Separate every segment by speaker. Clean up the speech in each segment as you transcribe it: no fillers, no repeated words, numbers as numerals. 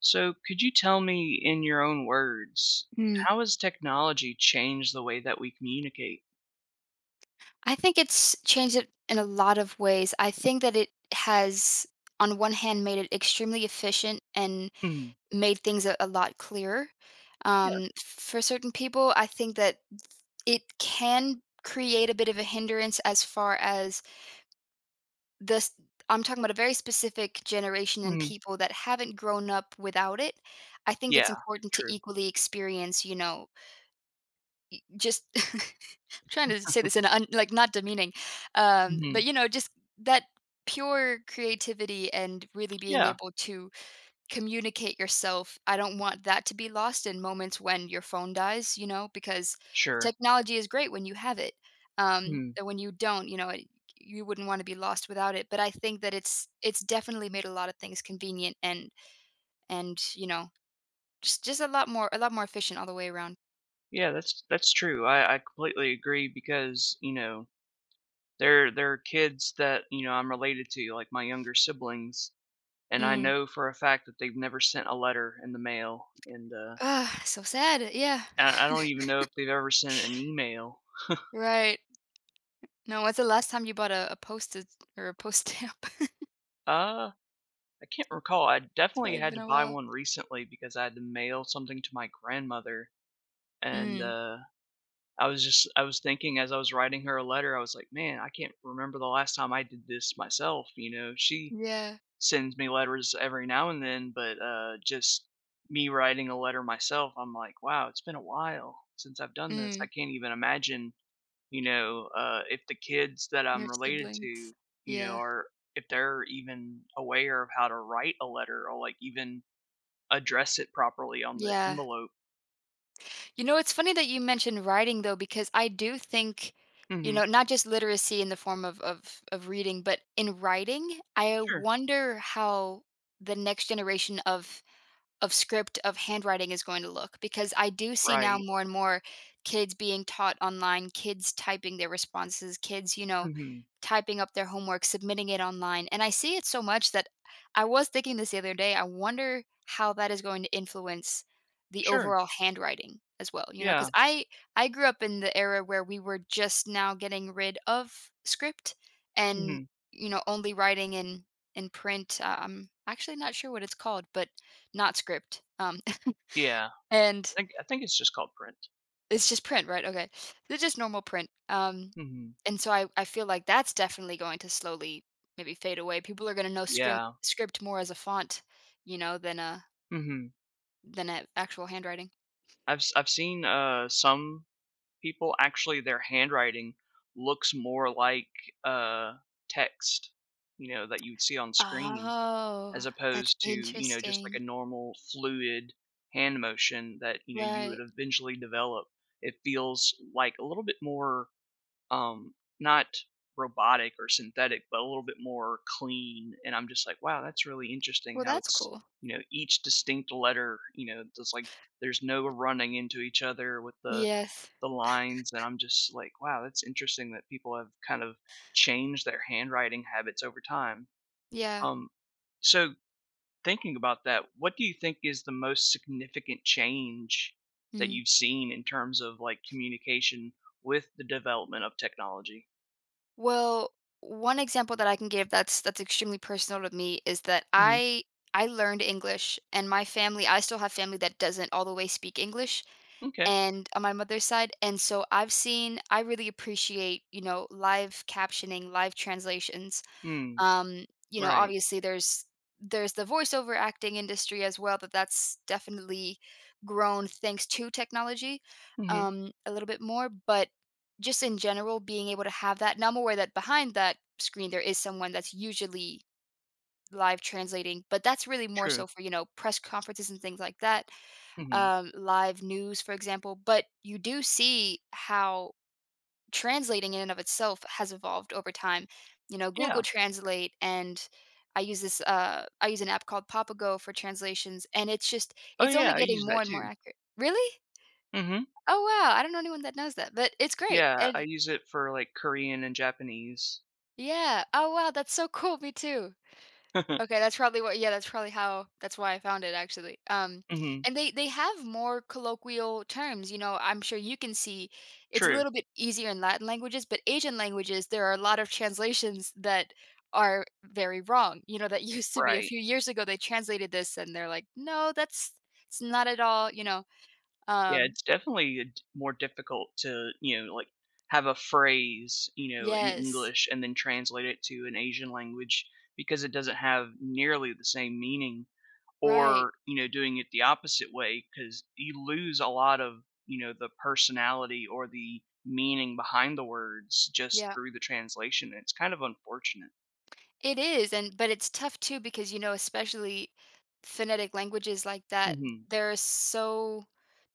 Speaker 1: So, could you tell me in your own words,
Speaker 2: Hmm.
Speaker 1: how has technology changed the way that we communicate?
Speaker 2: I think it's changed it in a lot of ways. I think that it has, on one hand, made it extremely efficient and
Speaker 1: Mhm.
Speaker 2: made things a lot clearer.
Speaker 1: Yeah.
Speaker 2: For certain people, I think that it can create a bit of a hindrance as far as this. I'm talking about a very specific generation and
Speaker 1: Mhm.
Speaker 2: people that haven't grown up without it. I think it's
Speaker 1: Yeah.
Speaker 2: important to
Speaker 1: True.
Speaker 2: equally experience, you know, Just I'm trying to say this in a un like, not demeaning,
Speaker 1: Mhm.
Speaker 2: but, just that pure creativity and really being
Speaker 1: Yeah.
Speaker 2: able to communicate yourself, I don't want that to be lost in moments when your phone dies, you know, because
Speaker 1: Sure.
Speaker 2: technology is great when you have it,
Speaker 1: Mhm.
Speaker 2: and when you don't, you know, it you wouldn't wanna be lost without it, but I think that it's definitely made a lot of things convenient and, you know, just a lot more efficient all the way around.
Speaker 1: Yeah, that's true. I completely agree because, you know, there are kids that, you know, I'm related to, like my younger siblings, and I
Speaker 2: Mm.
Speaker 1: know for a fact that they've never sent a letter in the mail. And
Speaker 2: Ugh, so sad, yeah.
Speaker 1: I don't even know if they've ever sent an email.
Speaker 2: Right. No, when's the last time you bought a postage or a post stamp?
Speaker 1: Uh I can't recall. I
Speaker 2: It's
Speaker 1: definitely
Speaker 2: probably
Speaker 1: had
Speaker 2: been
Speaker 1: to
Speaker 2: a
Speaker 1: buy
Speaker 2: while.
Speaker 1: one recently because I had to mail something to my grandmother, and,
Speaker 2: Mm,
Speaker 1: I was thinking as I was writing her a letter, I was like, "Man, I can't remember the last time I did this myself," you know? She
Speaker 2: yeah.
Speaker 1: sends me letters every now and then, but, just me writing a letter myself, I'm like, "Wow, it's been a while since I've done this. I
Speaker 2: Mm,
Speaker 1: can't even imagine, you know, if the kids that I'm
Speaker 2: your
Speaker 1: related to,
Speaker 2: siblings.
Speaker 1: you know,
Speaker 2: Yeah.
Speaker 1: are if they're even aware of how to write a letter or like even address it properly on the
Speaker 2: Yeah.
Speaker 1: envelope."
Speaker 2: You know, it's funny that you mentioned writing though, because I do think, you
Speaker 1: Mhm.
Speaker 2: know, not just literacy in the form of of reading, but in writing, I
Speaker 1: Sure.
Speaker 2: wonder how the next generation of script of handwriting is going to look because I do see now
Speaker 1: Right.
Speaker 2: more and more kids being taught online, kids typing their responses, kids, you know,
Speaker 1: Mhm.
Speaker 2: typing up their homework, submitting it online. And I see it so much that I was thinking this the other day. I wonder how that is going to influence the
Speaker 1: Sure.
Speaker 2: overall handwriting as well, you know,
Speaker 1: Yeah.
Speaker 2: because I grew up in the era where we were just now getting rid of script and
Speaker 1: Mhm.
Speaker 2: you know only writing in print. I'm actually not sure what it's called, but not script,
Speaker 1: Yeah. I
Speaker 2: and
Speaker 1: think I think it's just called print.
Speaker 2: it's just print, right? Okay. It's just normal print,
Speaker 1: Mhm.
Speaker 2: and so I feel like that's definitely going to slowly maybe fade away. People are gonna know script
Speaker 1: Yeah.
Speaker 2: script more as a font, you know,
Speaker 1: Mhm.
Speaker 2: than a actual handwriting.
Speaker 1: I've seen some people actually their handwriting looks more like uh text, you know, that you would see on screen as
Speaker 2: Oh, that's
Speaker 1: opposed to, you know, just like
Speaker 2: interesting.
Speaker 1: a normal fluid hand motion that, you know, you would
Speaker 2: Right.
Speaker 1: eventually develop. It feels like a little bit more, um, not robotic or synthetic, but a little bit more clean. And I'm just like, wow, that's really interesting
Speaker 2: Well,
Speaker 1: how
Speaker 2: that's
Speaker 1: it's,
Speaker 2: cool.
Speaker 1: you know, each distinct letter, you know, there's like, there's no running into each other with the,
Speaker 2: Yes.
Speaker 1: the lines. And I'm just like, wow, that's interesting that people have kind of changed their handwriting habits over time.
Speaker 2: Yeah.
Speaker 1: Um, so thinking about that, what do you think is the most significant change that
Speaker 2: Mm.
Speaker 1: you've seen in terms of, like, communication with the development of technology?
Speaker 2: Well, one example that I can give that's extremely personal to me is that
Speaker 1: Mhm.
Speaker 2: I learned English and my family, I still have family that doesn't all the way speak English
Speaker 1: Okay.
Speaker 2: and on my mother's side. And so I've seen I really appreciate, you know, live captioning, live translations.
Speaker 1: Mm,
Speaker 2: You know
Speaker 1: right.
Speaker 2: obviously there's the voiceover acting industry as well, but that's definitely grown thanks to technology,
Speaker 1: Mhm.
Speaker 2: a little bit more. But just in general being able to have that. Now I'm aware that behind that screen there is someone that's usually live translating, but that's really more
Speaker 1: True.
Speaker 2: so for, you know, press conferences and things like that,
Speaker 1: Mhm.
Speaker 2: live news for example. But you do see how translating in and of itself has evolved over time. You know,
Speaker 1: Yeah.
Speaker 2: Google Translate. And I use this I use an app called Papago for translations and it's just
Speaker 1: Oh,
Speaker 2: it's
Speaker 1: yeah,
Speaker 2: only
Speaker 1: I use
Speaker 2: getting more
Speaker 1: that
Speaker 2: and more
Speaker 1: too.
Speaker 2: accurate. Really?
Speaker 1: Mhm.
Speaker 2: Oh wow, I don't know anyone that knows that, but it's great.
Speaker 1: Yeah, I
Speaker 2: And
Speaker 1: use it for, like, Korean and Japanese.
Speaker 2: yeah. Oh wow, that's so cool. Me too. Okay, that's probably what, yeah, that's probably how that's why I found it actually.
Speaker 1: Mhm.
Speaker 2: And they have more colloquial terms, you know, I'm sure you can see it's a
Speaker 1: True.
Speaker 2: little bit easier in Latin languages, but Asian languages, there are a lot of translations that are very wrong. You know, that used to be a
Speaker 1: Right.
Speaker 2: few years ago they translated this and they're like, "No, that's it's not at all, you know."
Speaker 1: Yeah,
Speaker 2: Um,
Speaker 1: it's definitely a d more difficult to, you know, like, have a phrase, you know, in
Speaker 2: yes.
Speaker 1: English and then translate it to an Asian language because it doesn't have nearly the same meaning
Speaker 2: Right.
Speaker 1: or, you know, doing it the opposite way because you lose a lot of, you know, the personality or the meaning behind the words just
Speaker 2: Yeah.
Speaker 1: through the translation, it's kind of unfortunate.
Speaker 2: It is, and but it's tough too because you know, especially phonetic languages like that,
Speaker 1: Mhm.
Speaker 2: there are so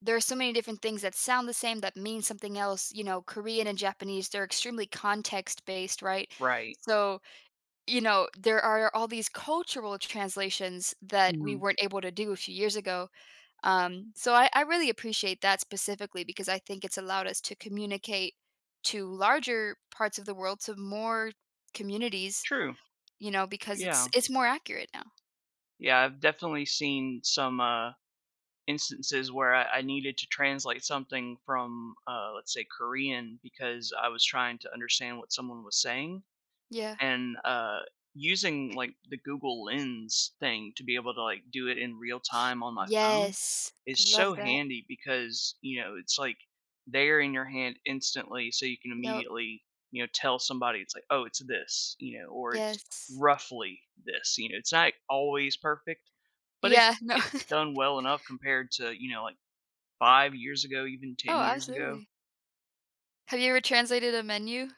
Speaker 2: there are so many different things that sound the same that mean something else. You know, Korean and Japanese, they're extremely context based, right?
Speaker 1: Right.
Speaker 2: So, you know, there are all these cultural translations that we
Speaker 1: Mhm.
Speaker 2: weren't able to do a few years ago. So I really appreciate that specifically because I think it's allowed us to communicate to larger parts of the world, to more communities,
Speaker 1: True.
Speaker 2: you know, because it's
Speaker 1: Yeah.
Speaker 2: it's more accurate now.
Speaker 1: Yeah, I've definitely seen some, instances where I needed to translate something from, let's say, Korean because I was trying to understand what someone was saying
Speaker 2: Yeah.
Speaker 1: and, using, like, the Google Lens thing to be able to, like, do it in real time on my phone
Speaker 2: Yes. I
Speaker 1: is so
Speaker 2: love that.
Speaker 1: handy because, you know, it's, like, there in your hand instantly so you can
Speaker 2: Yep.
Speaker 1: immediately, you know, tell somebody it's like, "Oh, it's this," you know, or "It's
Speaker 2: Yes.
Speaker 1: roughly this," you know, it's not always perfect, but it's
Speaker 2: Yeah, no.
Speaker 1: it's done well enough compared to, you know, like, 5 years ago, even
Speaker 2: Oh,
Speaker 1: 10 years ago.
Speaker 2: absolutely. Have you ever translated a menu?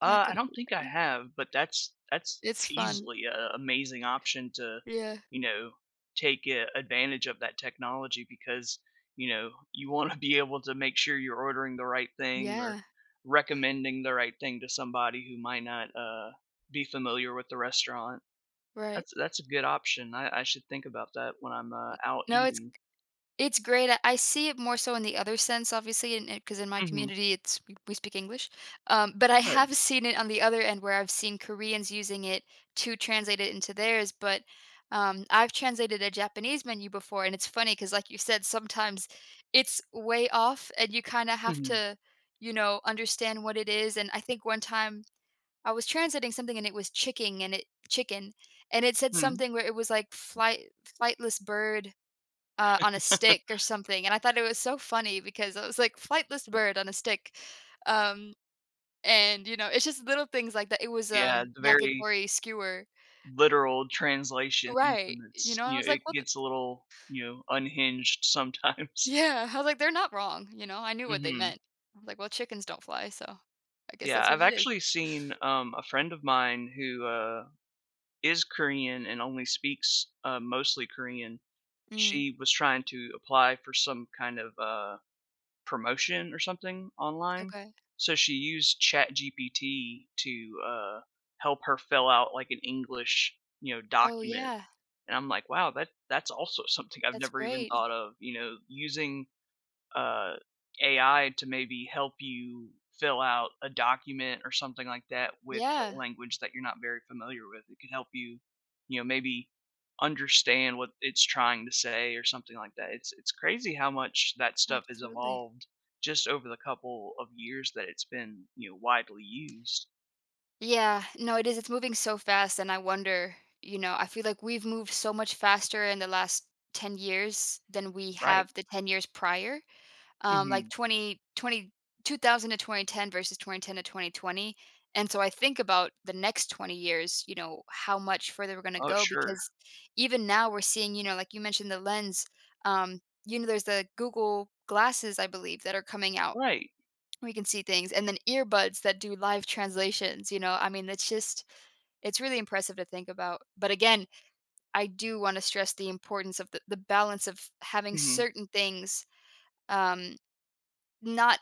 Speaker 2: Like a
Speaker 1: I don't
Speaker 2: food
Speaker 1: think I
Speaker 2: menu?
Speaker 1: have, but that's
Speaker 2: It's fun.
Speaker 1: easily a amazing option to,
Speaker 2: Yeah.
Speaker 1: you know, take a, advantage of that technology because you know you want to be able to make sure you're ordering the right thing or
Speaker 2: Yeah.
Speaker 1: recommending the right thing to somebody who might not be familiar with the restaurant.
Speaker 2: Right.
Speaker 1: That's a good option. I should think about that when I'm out
Speaker 2: No,
Speaker 1: eating.
Speaker 2: it's great. I see it more so in the other sense, obviously, and because in my
Speaker 1: Hmm.
Speaker 2: community, it's we speak English. But I
Speaker 1: Right.
Speaker 2: have seen it on the other end where I've seen Koreans using it to translate it into theirs. But I've translated a Japanese menu before, and it's funny because, like you said, sometimes it's way off, and you kind of have
Speaker 1: Hmm.
Speaker 2: to, you know, understand what it is. And I think one time I was translating something, and it was chicken, and chicken, it said
Speaker 1: Hmm.
Speaker 2: something where it was like flightless bird on a stick or something, and I thought it was so funny because I was like, "Flightless bird on a stick," um, and, you know, it's just little things like that. It was,
Speaker 1: Yeah, it's very
Speaker 2: yakitori skewer.
Speaker 1: literal translations
Speaker 2: Right,
Speaker 1: and
Speaker 2: you
Speaker 1: it's
Speaker 2: know, and I
Speaker 1: you
Speaker 2: was
Speaker 1: know,
Speaker 2: like,
Speaker 1: it
Speaker 2: "What the"
Speaker 1: gets a little, you know, unhinged sometimes.
Speaker 2: Yeah, I was like, "They're not wrong," you know, I knew what they
Speaker 1: Mhm.
Speaker 2: meant. I was like, "Well, chickens don't fly, so I guess
Speaker 1: Yeah,
Speaker 2: that's what
Speaker 1: I've
Speaker 2: it is."
Speaker 1: actually seen, a friend of mine who, is Korean and only speaks, mostly Korean.
Speaker 2: Mm,
Speaker 1: She was trying to apply for some kind of, promotion or something online.
Speaker 2: okay.
Speaker 1: So she used ChatGPT to, help her fill out like an English, you know,
Speaker 2: Oh,
Speaker 1: document.
Speaker 2: yeah,
Speaker 1: And I'm like, "Wow, that's also something I've
Speaker 2: that's
Speaker 1: never even
Speaker 2: great.
Speaker 1: thought of," you know, using, uh, AI to maybe help you fill out a document or something like that with a
Speaker 2: Yeah,
Speaker 1: language that you're not very familiar with. It could help you, you know, maybe understand what it's trying to say or something like that. It's crazy how much that stuff has
Speaker 2: absolutely.
Speaker 1: evolved just over the couple of years that it's been, you know, widely used.
Speaker 2: Yeah, no, it is. It's moving so fast, and I wonder, you know, I feel like we've moved so much faster in the last 10 years than we
Speaker 1: Right.
Speaker 2: have the 10 years prior. Like
Speaker 1: Mhm.
Speaker 2: 20 20 2000 to 2010 versus 2010 to 2020. And so I think about the next 20 years, you know, how much further we're going to
Speaker 1: Oh,
Speaker 2: go
Speaker 1: sure.
Speaker 2: because even now we're seeing, you know, like you mentioned the lens, um, you know, there's the Google glasses, I believe, that are coming out
Speaker 1: Right.
Speaker 2: we can see things, and then earbuds that do live translations, you know? I mean, it's just it's really impressive to think about. But again, I do wanna stress the importance of the balance of having
Speaker 1: Mhm.
Speaker 2: certain things, um, not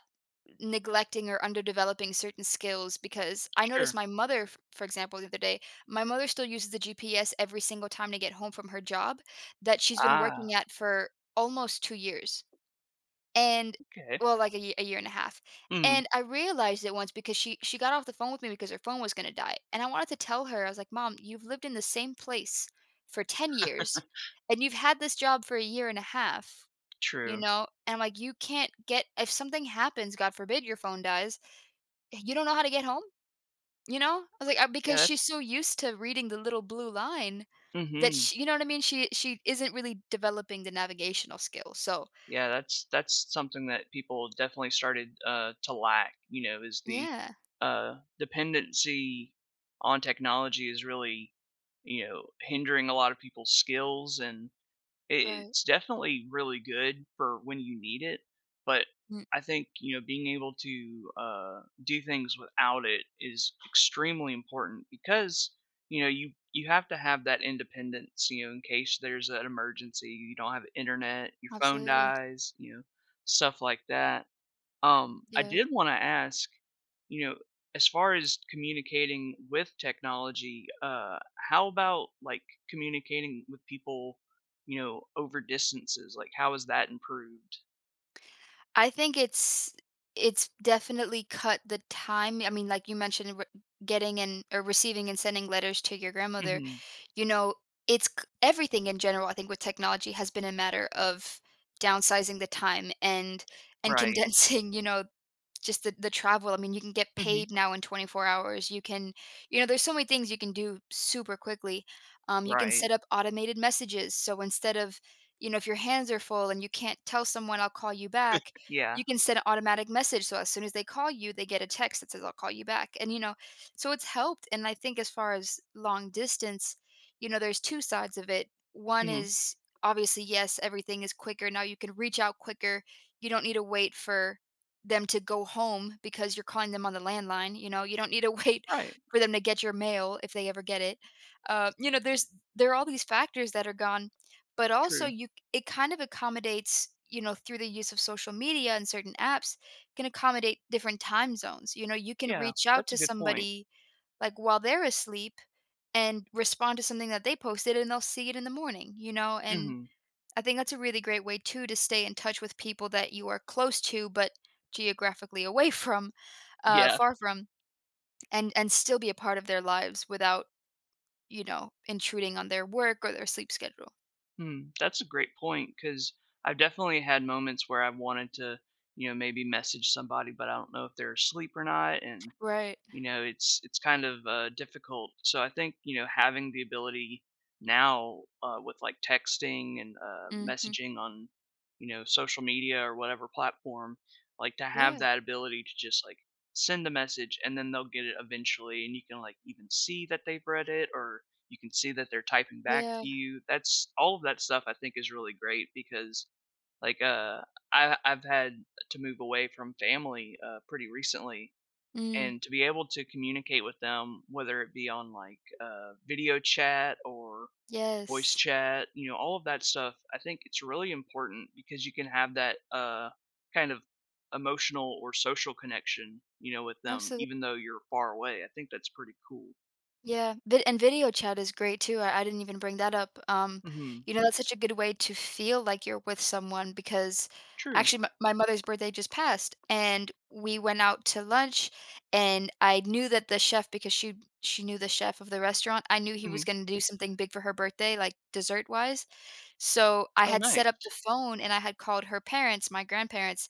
Speaker 2: neglecting or underdeveloping certain skills because I
Speaker 1: Sure.
Speaker 2: noticed my mother, f for example, the other day, my mother still uses the GPS every single time to get home from her job that she's been
Speaker 1: Ah,
Speaker 2: working at for almost 2 years. And
Speaker 1: okay.
Speaker 2: well, like a year and a half,
Speaker 1: Mhm.
Speaker 2: and I realized it once because she got off the phone with me because her phone was gonna die, and I wanted to tell her, I was like, "Mom, you've lived in the same place for 10 years, and you've had this job for a year and a half, you
Speaker 1: True.
Speaker 2: know, and I'm like, you can't get if something happens, God forbid your phone dies, you don't know how to get home, you know?" I was like,
Speaker 1: Yeah,
Speaker 2: because she's
Speaker 1: that's
Speaker 2: so used to reading the little blue line that
Speaker 1: mhm.
Speaker 2: she you know what I mean? She isn't really developing the navigational skills, so
Speaker 1: Yeah, that's something that people definitely started, to lack, you know, is the,
Speaker 2: Yeah,
Speaker 1: dependency on technology is really, you know, hindering a lot of people's skills and I
Speaker 2: right.
Speaker 1: it's definitely really good for when you need it, but
Speaker 2: Mm,
Speaker 1: I think, you know, being able to, do things without it is extremely important because, you know, you have to have that independence, you know, in case there's an emergency, you don't have internet, your phone
Speaker 2: absolutely.
Speaker 1: dies, you know, stuff like that. I
Speaker 2: Yeah.
Speaker 1: did wanna ask, you know, as far as communicating with technology, how about, like, communicating with people, you know, over distances? Like, how has that improved?
Speaker 2: I think it's definitely cut the time. I mean, like you mentioned, re- getting and or receiving and sending letters to your grandmother.
Speaker 1: Mhm.
Speaker 2: You know, everything in general. I think with technology has been a matter of downsizing the time and
Speaker 1: Right.
Speaker 2: condensing. You know, Just the travel, I mean, you can get
Speaker 1: Mhm.
Speaker 2: paid now in 24 hours. You can you know, there's so many things you can do super quickly. You can
Speaker 1: Right.
Speaker 2: set up automated messages. So instead of, you know, if your hands are full and you can't tell someone I'll call you back,
Speaker 1: Yeah.
Speaker 2: you can send an automatic message. So as soon as they call you, they get a text that says I'll call you back. And you know, so it's helped. And I think as far as long distance, you know, there's two sides of it. One
Speaker 1: Mhm.
Speaker 2: is obviously yes, everything is quicker. Now you can reach out quicker. You don't need to wait for them to go home because you're calling them on the landline, you know, you don't need to wait
Speaker 1: Right.
Speaker 2: for them to get your mail if they ever get it. You know, there's there are all these factors that are gone, but also
Speaker 1: True.
Speaker 2: you it kind of accommodates, you know, through the use of social media and certain apps can accommodate different time zones. You know, you can
Speaker 1: Yeah,
Speaker 2: reach out
Speaker 1: that's a
Speaker 2: to
Speaker 1: good point.
Speaker 2: somebody like while they're asleep and respond to something that they posted and they'll see it in the morning, you know, and
Speaker 1: Mhm.
Speaker 2: I think that's a really great way too to stay in touch with people that you are close to, but geographically away from,
Speaker 1: Yeah.
Speaker 2: far from, and still be a part of their lives without you know intruding on their work or their sleep schedule.
Speaker 1: Mm, that's a great point because 'cause I've definitely had moments where I've wanted to, you know, maybe message somebody, but I don't know if they're asleep or not, and
Speaker 2: Right.
Speaker 1: you know, it's kind of, difficult. So I think, you know, having the ability now, with, like, texting and,
Speaker 2: hmm
Speaker 1: messaging on, you know, social media or whatever platform, like, to have
Speaker 2: Yeah.
Speaker 1: that ability to just, like, send a message and then they'll get it eventually, and you can, like, even see that they've read it or you can see that they're typing back
Speaker 2: Yeah.
Speaker 1: to you. That's all of that stuff I think is really great because, like, I've had to move away from family, pretty recently,
Speaker 2: Mm.
Speaker 1: and to be able to communicate with them, whether it be on like video chat or voice
Speaker 2: Yes.
Speaker 1: chat, you know, all of that stuff, I think it's really important because you can have that kind of emotional or social connection, you know, with them,
Speaker 2: Absolutely.
Speaker 1: even though you're far away. I think that's pretty cool.
Speaker 2: Yeah, video chat is great too, I didn't even bring that up,
Speaker 1: Hmm.
Speaker 2: you know, Mm. that's such a good way to feel like you're with someone because
Speaker 1: True.
Speaker 2: actually my mother's birthday just passed, and we went out to lunch, and I knew that the chef because she knew the chef of the restaurant, I knew he
Speaker 1: Hmm.
Speaker 2: was gonna do something big for her birthday, like, dessert-wise, so I
Speaker 1: Oh,
Speaker 2: had set up the
Speaker 1: nice.
Speaker 2: phone and I had called her parents, my grandparents,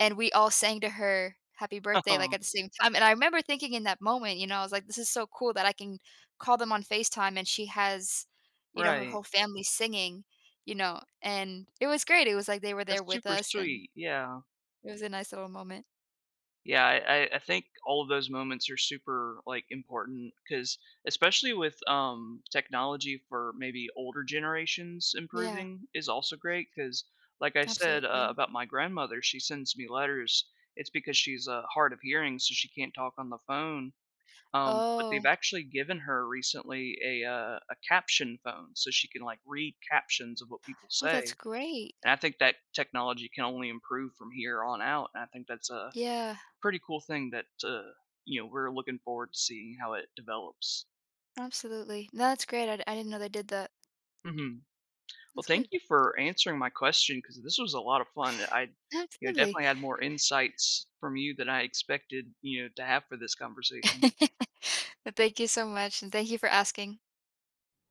Speaker 2: and we all sang to her happy birthday, like, at the same time, and I remember thinking in that moment, you know, I was like, "This is so cool that I can call them on FaceTime and she has, you know, her
Speaker 1: Right.
Speaker 2: whole family singing," you know, and it was great, it was like they were
Speaker 1: That's
Speaker 2: there with
Speaker 1: super
Speaker 2: us, and
Speaker 1: sweet. Yeah.
Speaker 2: it was a nice little moment.
Speaker 1: Yeah, I think all of those moments are super like important because especially with technology for maybe older generations
Speaker 2: Yeah,
Speaker 1: improving is also great because like I said
Speaker 2: absolutely.
Speaker 1: about my grandmother, she sends me letters. It's because she's hard of hearing, so she can't talk on the phone. But they've
Speaker 2: Oh,
Speaker 1: actually given her recently a caption phone, so she can like read captions of what people
Speaker 2: oh, that's
Speaker 1: say.
Speaker 2: great.
Speaker 1: And I think that technology can only improve from here on out. And I think that's a
Speaker 2: Yeah,
Speaker 1: pretty cool thing that, you know, we're looking forward to seeing how it develops.
Speaker 2: absolutely. No, that's great, I didn't know they did that.
Speaker 1: Mhm. Well,
Speaker 2: That's
Speaker 1: thank
Speaker 2: good.
Speaker 1: you for answering my question because this was a lot of fun. You know,
Speaker 2: Absolutely.
Speaker 1: definitely had more insights from you than I expected, you know, to have for this conversation.
Speaker 2: But thank you so much, and thank you for asking.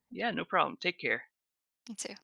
Speaker 1: Yeah, no problem. Take care.
Speaker 2: Me too.